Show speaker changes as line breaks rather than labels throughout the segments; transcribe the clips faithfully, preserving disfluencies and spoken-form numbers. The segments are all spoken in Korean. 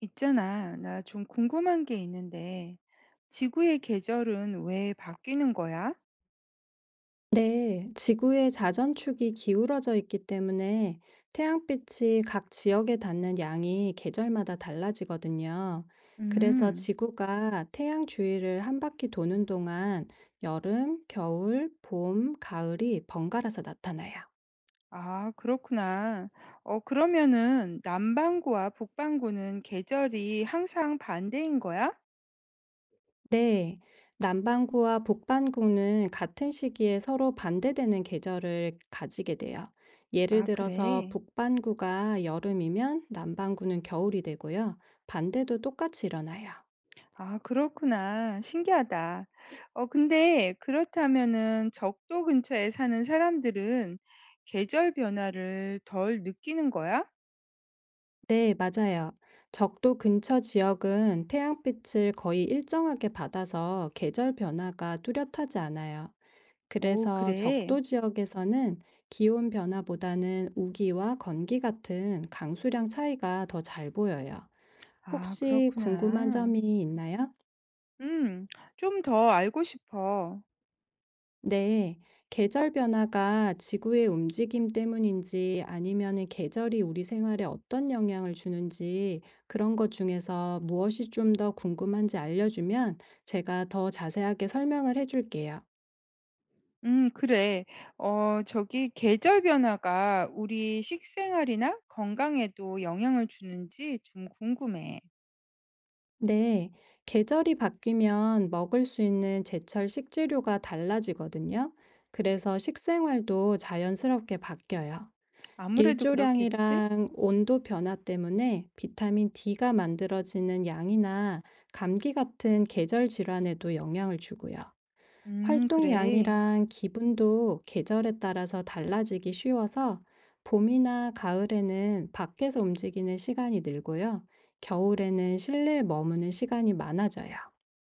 있잖아, 나 좀 궁금한 게 있는데, 지구의 계절은 왜 바뀌는 거야?
네, 지구의 자전축이 기울어져 있기 때문에 태양빛이 각 지역에 닿는 양이 계절마다 달라지거든요. 그래서
음,
지구가 태양 주위를 한 바퀴 도는 동안 여름, 겨울, 봄, 가을이 번갈아서 나타나요.
아, 그렇구나. 어, 그러면은 남반구와 북반구는 계절이 항상 반대인 거야?
네, 남반구와 북반구는 같은 시기에 서로 반대되는 계절을 가지게 돼요. 예를
아,
들어서
그래.
북반구가 여름이면 남반구는 겨울이 되고요. 반대도 똑같이 일어나요.
아, 그렇구나. 신기하다. 어, 근데 그렇다면은 적도 근처에 사는 사람들은 계절 변화를 덜 느끼는 거야?
네, 맞아요. 적도 근처 지역은 태양빛을 거의 일정하게 받아서 계절 변화가 뚜렷하지 않아요.
오,
그래서
그래.
적도 지역에서는 기온 변화보다는 우기와 건기 같은 강수량 차이가 더 잘 보여요.
아,
혹시 궁금한
그렇구나.
점이 있나요?
음. 좀 더 알고 싶어.
네, 계절 변화가 지구의 움직임 때문인지 아니면은 계절이 우리 생활에 어떤 영향을 주는지 그런 것 중에서 무엇이 좀 더 궁금한지 알려주면 제가 더 자세하게 설명을 해줄게요.
음 그래. 어 저기 계절 변화가 우리 식생활이나 건강에도 영향을 주는지 좀 궁금해.
네, 계절이 바뀌면 먹을 수 있는 제철 식재료가 달라지거든요. 그래서 식생활도 자연스럽게 바뀌어요.
아무래도 그렇겠지?
일조량이랑 온도 변화 때문에 비타민 D가 만들어지는 양이나 감기 같은 계절 질환에도 영향을 주고요.
음 그래.
활동량이랑 기분도 계절에 따라서 달라지기 쉬워서 봄이나 가을에는 밖에서 움직이는 시간이 늘고요. 겨울에는 실내에 머무는 시간이 많아져요.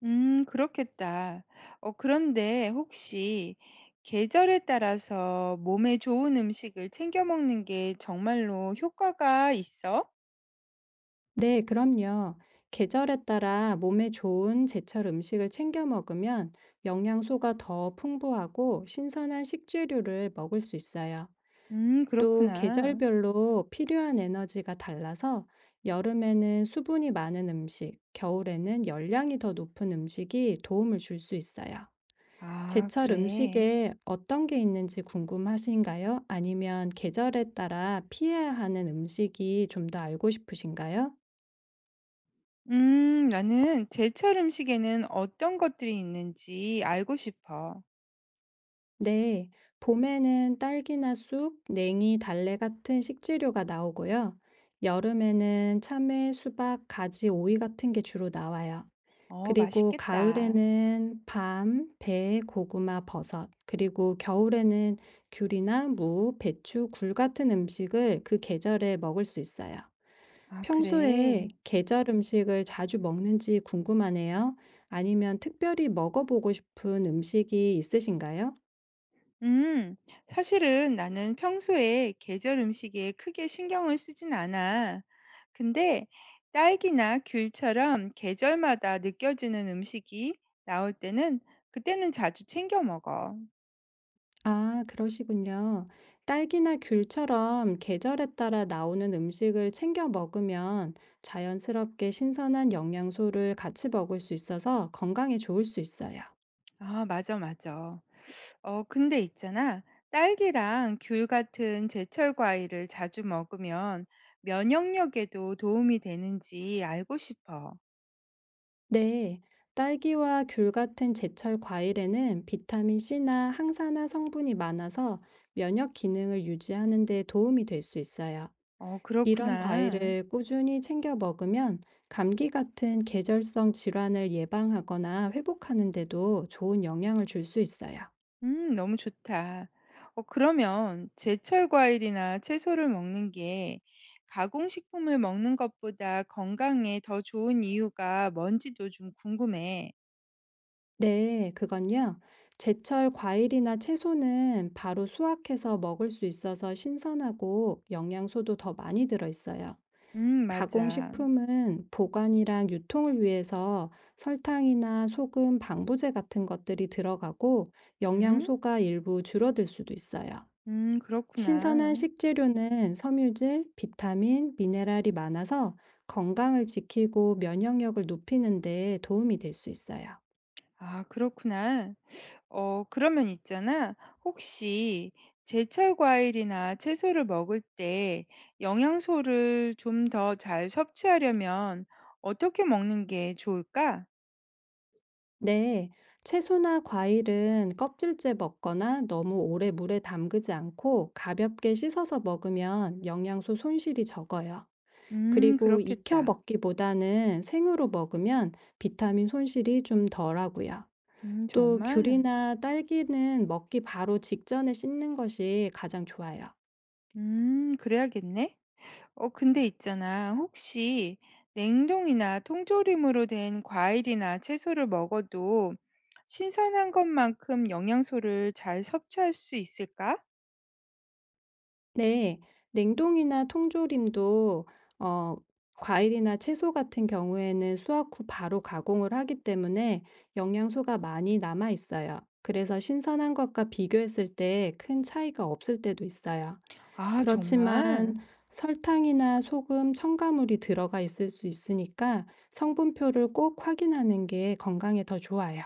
음 그렇겠다. 어 그런데 혹시 계절에 따라서 몸에 좋은 음식을 챙겨 먹는 게 정말로 효과가 있어?
네, 그럼요. 계절에 따라 몸에 좋은 제철 음식을 챙겨 먹으면 영양소가 더 풍부하고 신선한 식재료를 먹을 수 있어요.
음
또
그렇구나.
계절별로 필요한 에너지가 달라서 여름에는 수분이 많은 음식, 겨울에는 열량이 더 높은 음식이 도움을 줄 수 있어요.
아
제철
그래.
음식에 어떤 게 있는지 궁금하신가요? 아니면 계절에 따라 피해야 하는 음식이 좀 더 알고 싶으신가요?
음, 나는 제철 음식에는 어떤 것들이 있는지 알고 싶어.
네, 봄에는 딸기나 쑥, 냉이, 달래 같은 식재료가 나오고요. 여름에는 참외, 수박, 가지, 오이 같은 게 주로 나와요.
어,
그리고
맛있겠다.
가을에는 밤, 배, 고구마, 버섯, 그리고 겨울에는 귤이나 무, 배추, 굴 같은 음식을 그 계절에 먹을 수 있어요.
아,
평소에
그래.
계절 음식을 자주 먹는지 궁금하네요. 아니면 특별히 먹어보고 싶은 음식이 있으신가요?
음, 사실은 나는 평소에 계절 음식에 크게 신경을 쓰진 않아. 근데 딸기나 귤처럼 계절마다 느껴지는 음식이 나올 때는 그때는 자주 챙겨 먹어.
아, 그러시군요. 딸기나 귤처럼 계절에 따라 나오는 음식을 챙겨 먹으면 자연스럽게 신선한 영양소를 같이 먹을 수 있어서 건강에 좋을 수 있어요.
아, 맞아, 맞아. 어, 근데 있잖아. 딸기랑 귤 같은 제철 과일을 자주 먹으면 면역력에도 도움이 되는지 알고 싶어.
네, 딸기와 귤 같은 제철 과일에는 비타민 C나 항산화 성분이 많아서 면역 기능을 유지하는 데 도움이 될 수 있어요.
어,
이런
그렇구나.
과일을 꾸준히 챙겨 먹으면 감기 같은 계절성 질환을 예방하거나 회복하는 데도 좋은 영향을 줄 수 있어요.
음, 너무 좋다. 어, 그러면 제철 과일이나 채소를 먹는 게 가공식품을 먹는 것보다 건강에 더 좋은 이유가 뭔지도 좀 궁금해.
네, 그건요. 제철 과일이나 채소는 바로 수확해서 먹을 수 있어서 신선하고 영양소도 더 많이 들어있어요.
음, 맞아.
가공식품은 보관이랑 유통을 위해서 설탕이나 소금, 방부제 같은 것들이 들어가고
음,
영양소가 일부 줄어들 수도 있어요.
음,
신선한
그렇구나.
식재료는 섬유질, 비타민, 미네랄이 많아서 건강을 지키고 면역력을 높이는 데 도움이 될 수 있어요.
아, 그렇구나. 어, 그러면 있잖아. 혹시 제철 과일이나 채소를 먹을 때 영양소를 좀 더 잘 섭취하려면 어떻게 먹는 게 좋을까?
네, 채소나 과일은 껍질째 먹거나 너무 오래 물에 담그지 않고 가볍게 씻어서 먹으면 영양소 손실이 적어요.
음,
그리고 익혀
그렇겠다.
먹기보다는 생으로 먹으면 비타민 손실이 좀 덜하고요.
음,
또
정말?
귤이나 딸기는 먹기 바로 직전에 씻는 것이 가장 좋아요.
음, 그래야겠네. 어, 근데 있잖아. 혹시 냉동이나 통조림으로 된 과일이나 채소를 먹어도 신선한 것만큼 영양소를 잘 섭취할 수 있을까?
네. 냉동이나 통조림도 어 과일이나 채소 같은 경우에는 수확 후 바로 가공을 하기 때문에 영양소가 많이 남아 있어요. 그래서 신선한 것과 비교했을 때 큰 차이가 없을 때도 있어요.
아,
그렇지만
정말?
설탕이나 소금, 첨가물이 들어가 있을 수 있으니까 성분표를 꼭 확인하는 게 건강에 더 좋아요.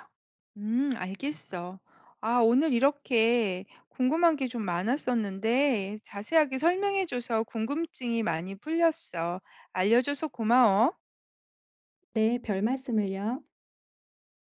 음, 알겠어. 아, 오늘 이렇게 궁금한 게 좀 많았었는데 자세하게 설명해줘서 궁금증이 많이 풀렸어. 알려줘서 고마워.
네, 별 말씀을요.